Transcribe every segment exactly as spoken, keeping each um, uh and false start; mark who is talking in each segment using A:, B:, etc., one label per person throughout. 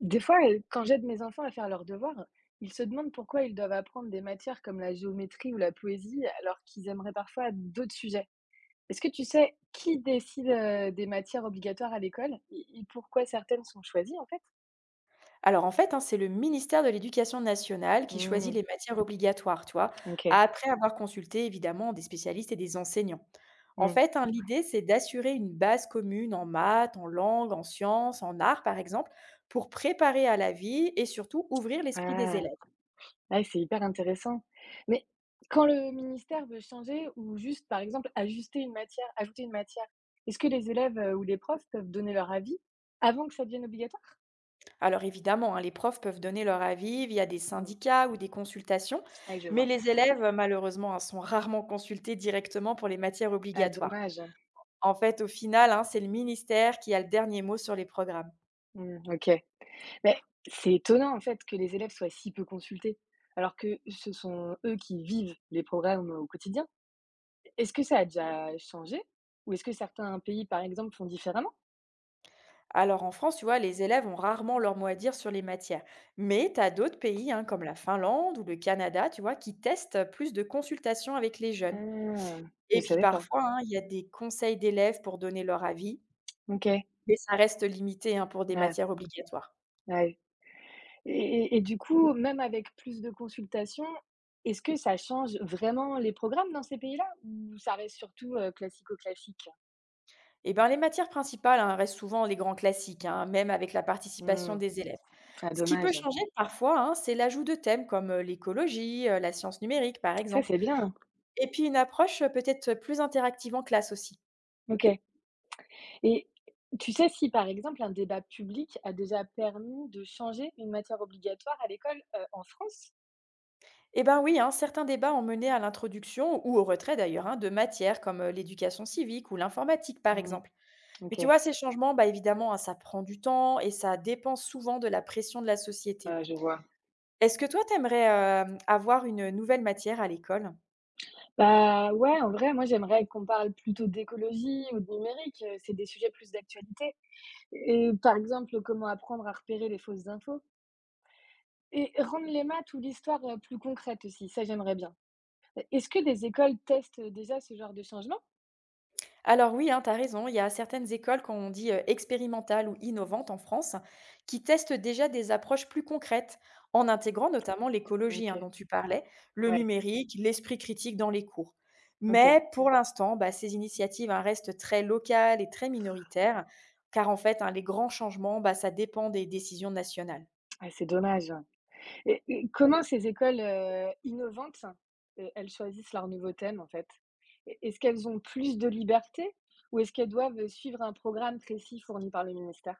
A: Des fois, heu, quand j'aide mes enfants à faire leurs devoirs, ils se demandent pourquoi ils doivent apprendre des matières comme la géométrie ou la poésie, alors qu'ils aimeraient parfois d'autres sujets. Est-ce que tu sais qui décide, heu, des matières obligatoires à l'école et et pourquoi certaines sont choisies, en fait?
B: Alors en fait, hein, c'est le ministère de l'Éducation nationale qui choisit
A: Mmh,
B: les matières obligatoires, tu vois,
A: OK.
B: après avoir consulté évidemment des spécialistes et des enseignants. En
A: Mmh.
B: fait, hein, l'idée, c'est d'assurer une base commune en maths, en langue, en sciences, en arts, par exemple, pour préparer à la vie et surtout ouvrir l'esprit des
A: Ah!
B: élèves.
A: Ah, c'est hyper intéressant. Mais quand le ministère veut changer ou juste, par exemple, ajuster une matière ajouter une matière, est-ce que les élèves, heu, ou les profs peuvent donner leur avis avant que ça devienne obligatoire?
B: Alors évidemment, hein, les profs peuvent donner leur avis via des
A: Mmh.
B: syndicats ou des consultations,
A: Ouais, je
B: mais
A: vois.
B: les élèves, malheureusement, hein, sont rarement consultés directement pour les matières
A: Ah,
B: obligatoires.
A: dommage, hein.
B: En fait, au final, hein, c'est le ministère qui a le dernier mot sur les programmes.
A: Mmh, OK. Mais c'est étonnant en fait que les élèves soient si peu consultés, alors que ce sont eux qui vivent les programmes au quotidien. Est-ce que ça a déjà changé? Ou est-ce que certains pays, par exemple, font différemment?
B: Alors en France, tu vois, les élèves ont rarement leur mot à dire sur les matières. Mais tu as d'autres pays, hein, comme la Finlande ou le Canada, tu vois, qui testent plus de consultations avec les jeunes.
A: Ah, je
B: Et puis
A: savais pas.
B: parfois, hein, il y a des conseils d'élèves pour donner leur avis,
A: OK.
B: mais ça reste limité hein, pour des
A: Ah,
B: matières obligatoires.
A: ouais. Et et et du coup, même avec plus de consultations, est-ce que ça change vraiment les programmes dans ces pays-là? Ou ça reste surtout, heu, classico-classique?
B: Eh ben, les matières principales hein, restent souvent les grands classiques, hein, même avec la participation
A: Hmm,
B: des élèves.
A: ah
B: Ce qui peut
A: dommage.
B: changer parfois, hein, c'est l'ajout de thèmes comme euh, l'écologie, euh, la science numérique, par
A: Ça,
B: exemple.
A: c'est bien.
B: Et puis une approche, heu, peut-être plus interactive en classe aussi.
A: OK. Et tu sais si, par exemple, un débat public a déjà permis de changer une matière obligatoire à l'école, heu, en France?
B: Eh ben oui, hein, certains débats ont mené à l'introduction ou au retrait d'ailleurs, hein, de matières comme, heu, l'éducation civique ou l'informatique par
A: Mmh.
B: exemple. Mais tu
A: OK.
B: vois, ces changements, bah, évidemment, hein, ça prend du temps et ça dépend souvent de la pression de la société.
A: Ouais, je vois.
B: Est-ce que toi, tu aimerais, avoir une, nouvelle matière à l'école?
A: Bah, ouais, en vrai, moi, j'aimerais qu'on parle plutôt d'écologie ou de numérique, heu, c'est des sujets plus d'actualité et par exemple, comment apprendre à repérer les fausses infos et rendre les maths ou l'histoire, heu, plus concrètes aussi, ça, j'aimerais bien. Heu, est-ce que des écoles testent, déjà ce genre de changement?
B: Alors oui, hein, tu as raison, il y a certaines écoles, quand on dit euh, expérimentales ou innovantes en France, qui testent déjà des approches plus concrètes, en
A: Mmh.
B: intégrant notamment l'écologie hein,
A: OK.
B: dont tu parlais, le
A: Ouais,
B: numérique, l'esprit critique dans les cours.
A: OK.
B: Mais pour l'instant, bah, ces initiatives hein, restent très locales et très minoritaires, car en fait, hein, les grands changements, bah, ça dépend des décisions nationales.
A: Ouais, c'est dommage. Et et comment ces écoles, heu, innovantes, heu, elles choisissent leur nouveau thème en fait? E est-ce qu'elles ont plus de liberté ou est-ce qu'elles doivent, suivre un programme précis fourni par le ministère?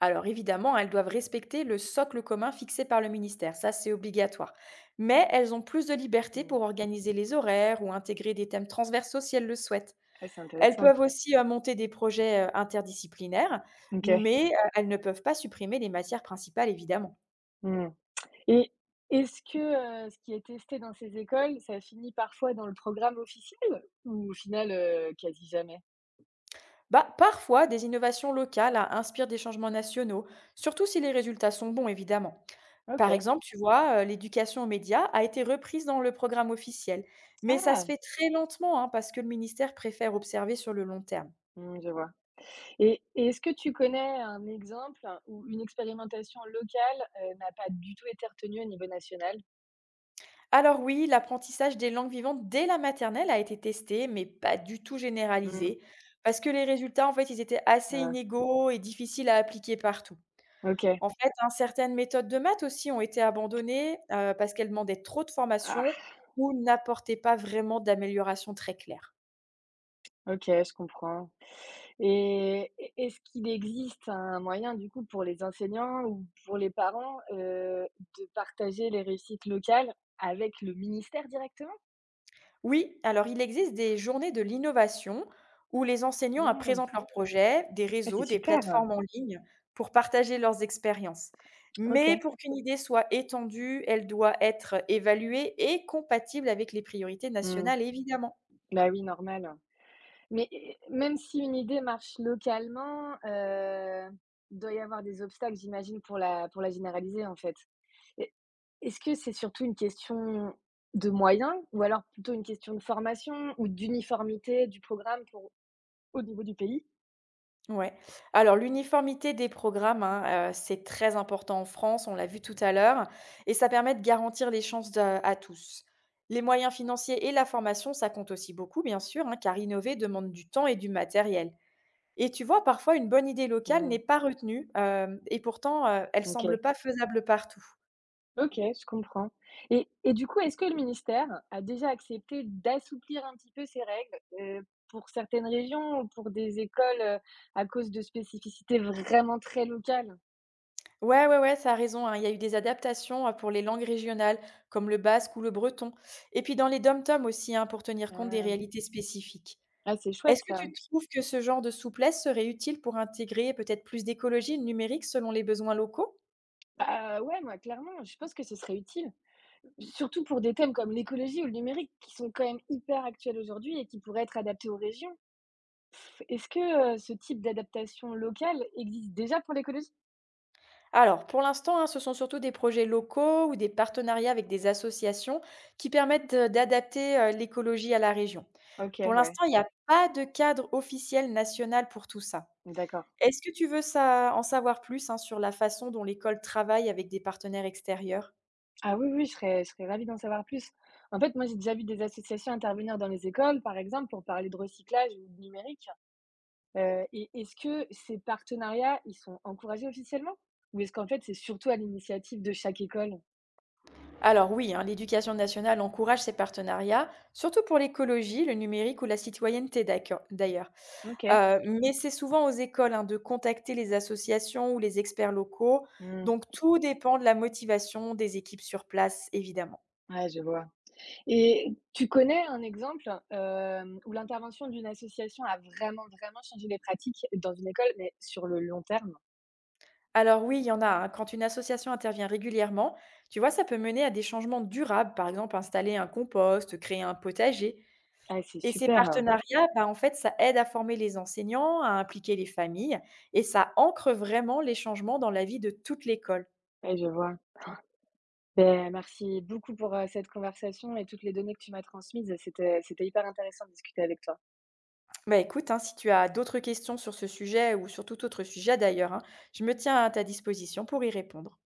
B: Alors évidemment, elles doivent respecter le socle commun fixé par le ministère, ça c'est obligatoire. Mais elles ont plus de liberté
A: Mmh.
B: pour organiser les horaires ou intégrer des thèmes transversaux si elles le souhaitent.
A: Ah, c'est
B: Elles
A: intéressant.
B: peuvent aussi euh, monter des projets euh, interdisciplinaires,
A: OK.
B: mais euh, elles ne peuvent pas supprimer les matières principales évidemment.
A: Mmh, et est-ce que, heu, ce qui est testé dans ces écoles, ça finit parfois dans le programme officiel ou au final, heu, quasi jamais?
B: Bah, parfois, des innovations locales ah, inspirent des changements nationaux, surtout si les résultats sont bons évidemment. Par
A: OK.
B: exemple, tu vois, heu, l'éducation aux médias a été reprise dans le programme officiel, mais ça se
A: Ah!
B: fait très lentement, hein, parce que le ministère préfère observer sur le long terme.
A: Mmh, je vois, et et est-ce que tu connais un exemple où une expérimentation locale, heu, n'a pas du tout été retenue au niveau national?
B: Alors oui, l'apprentissage des langues vivantes dès la maternelle a été testé, mais pas du tout
A: Mmh.
B: généralisé, parce que les résultats, en fait, ils étaient assez
A: Ouais.
B: inégaux et difficiles à appliquer partout.
A: OK.
B: En fait, hein, certaines méthodes de maths aussi ont été abandonnées, heu, parce qu'elles demandaient trop de formation
A: Ah!
B: ou n'apportaient pas vraiment d'amélioration très claire.
A: OK, je comprends, et e est-ce qu'il existe un moyen, du coup, pour les enseignants ou pour les parents, heu, de partager les réussites locales avec le ministère directement?
B: Oui, alors il existe des journées de l'innovation où les enseignants euh,
A: Mmh.
B: présentent leurs projets, des
A: Ah, c'est
B: réseaux, des
A: super!
B: plateformes en ligne pour partager leurs expériences. Mais
A: OK.
B: pour qu'une idée soit étendue, elle doit être évaluée et compatible avec les priorités
A: Mmh.
B: nationales, évidemment.
A: Bah, oui, normal. Mais et même si une idée marche localement, heu, il doit y avoir des obstacles, j'imagine, pour la pour la généraliser, en fait? Et est-ce que c'est surtout une question de moyens ou alors plutôt une question de formation ou d'uniformité du programme pour au niveau du pays?
B: Ouais. Alors l'uniformité des programmes, hein, euh, c'est très important en France, on l'a vu tout à l'heure, et ça permet de garantir les chances de- à tous. Les moyens financiers et la formation, ça compte aussi beaucoup, bien sûr, hein, car innover demande du temps et du matériel. Et tu vois, parfois, une bonne idée locale
A: Mmh,
B: n'est pas retenue, hem et pourtant, heu, elle
A: OK.
B: semble pas faisable partout.
A: OK, je comprends, et et du coup, est-ce que le ministère a déjà accepté d'assouplir un petit peu ces règles, heu, pour certaines régions ou pour des écoles, heu, à cause de spécificités vraiment très locales?
B: Ouais, ouais, ouais, ça a raison, hein, il y a eu des adaptations, heu, pour les langues régionales, comme le basque ou le breton. Et puis dans les DOM-TOM aussi, hein, pour tenir compte des
A: Heu,
B: réalités spécifiques.
A: ah, c'est chouette
B: Est-ce que
A: ça.
B: tu trouves que ce genre de souplesse serait utile pour intégrer peut-être plus d'écologie et de numérique selon les besoins locaux?
A: Bah, ouais, moi, clairement, je pense que ce serait utile, surtout pour des thèmes comme l'écologie ou le numérique qui sont quand même hyper actuels aujourd'hui et qui pourraient être adaptés aux régions. Pff, est-ce que, heu, ce type d'adaptation locale existe déjà pour l'écologie?
B: Alors, pour l'instant, hein, ce sont surtout des projets locaux ou des partenariats avec des associations qui permettent de d'adapter, heu, l'écologie à la région.
A: OK,
B: Pour
A: ouais,
B: l'instant, il n'y a pas de cadre officiel national pour tout ça.
A: d'accord.
B: Est-ce que tu veux ça en savoir plus, hein, sur la façon dont l'école travaille avec des partenaires extérieurs?
A: Ah oui, oui, je serais je serais ravie d'en savoir plus. En fait, moi, j'ai déjà vu des associations intervenir dans les écoles, par exemple, pour parler de recyclage ou de numérique. Heu et est-ce que ces partenariats, ils sont encouragés officiellement? Ou est-ce qu'en fait, c'est surtout à l'initiative de chaque école?
B: Alors oui, hein, l'éducation nationale encourage ces partenariats, surtout pour l'écologie, le numérique ou la citoyenneté d'acc- d'ailleurs.
A: OK.
B: Euh, mais c'est souvent aux écoles hein, de contacter les associations ou les experts locaux.
A: Mmh.
B: Donc tout dépend de la motivation des équipes sur place, évidemment.
A: Ouais, je vois. Et tu connais un exemple, hem, où l'intervention d'une association a vraiment, vraiment changé les pratiques dans une école, mais sur le long terme?
B: Alors oui, il y en a. hein. Quand une association intervient régulièrement, tu vois, ça peut mener à des changements durables, par exemple installer un compost, créer un potager.
A: Ah, c'est
B: Et ces
A: super, heu,
B: partenariats, bah, en fait, ça aide à former les enseignants, à impliquer les familles, et ça ancre vraiment les changements dans la vie de toute l'école.
A: ouais, je vois. Ben merci beaucoup pour, heu, cette conversation et toutes les données que tu m'as transmises. C'était c'était hyper intéressant de discuter avec toi.
B: Bah écoute, hein, si tu as d'autres questions sur ce sujet ou sur tout autre sujet d'ailleurs, hein, je me tiens à ta disposition pour y répondre.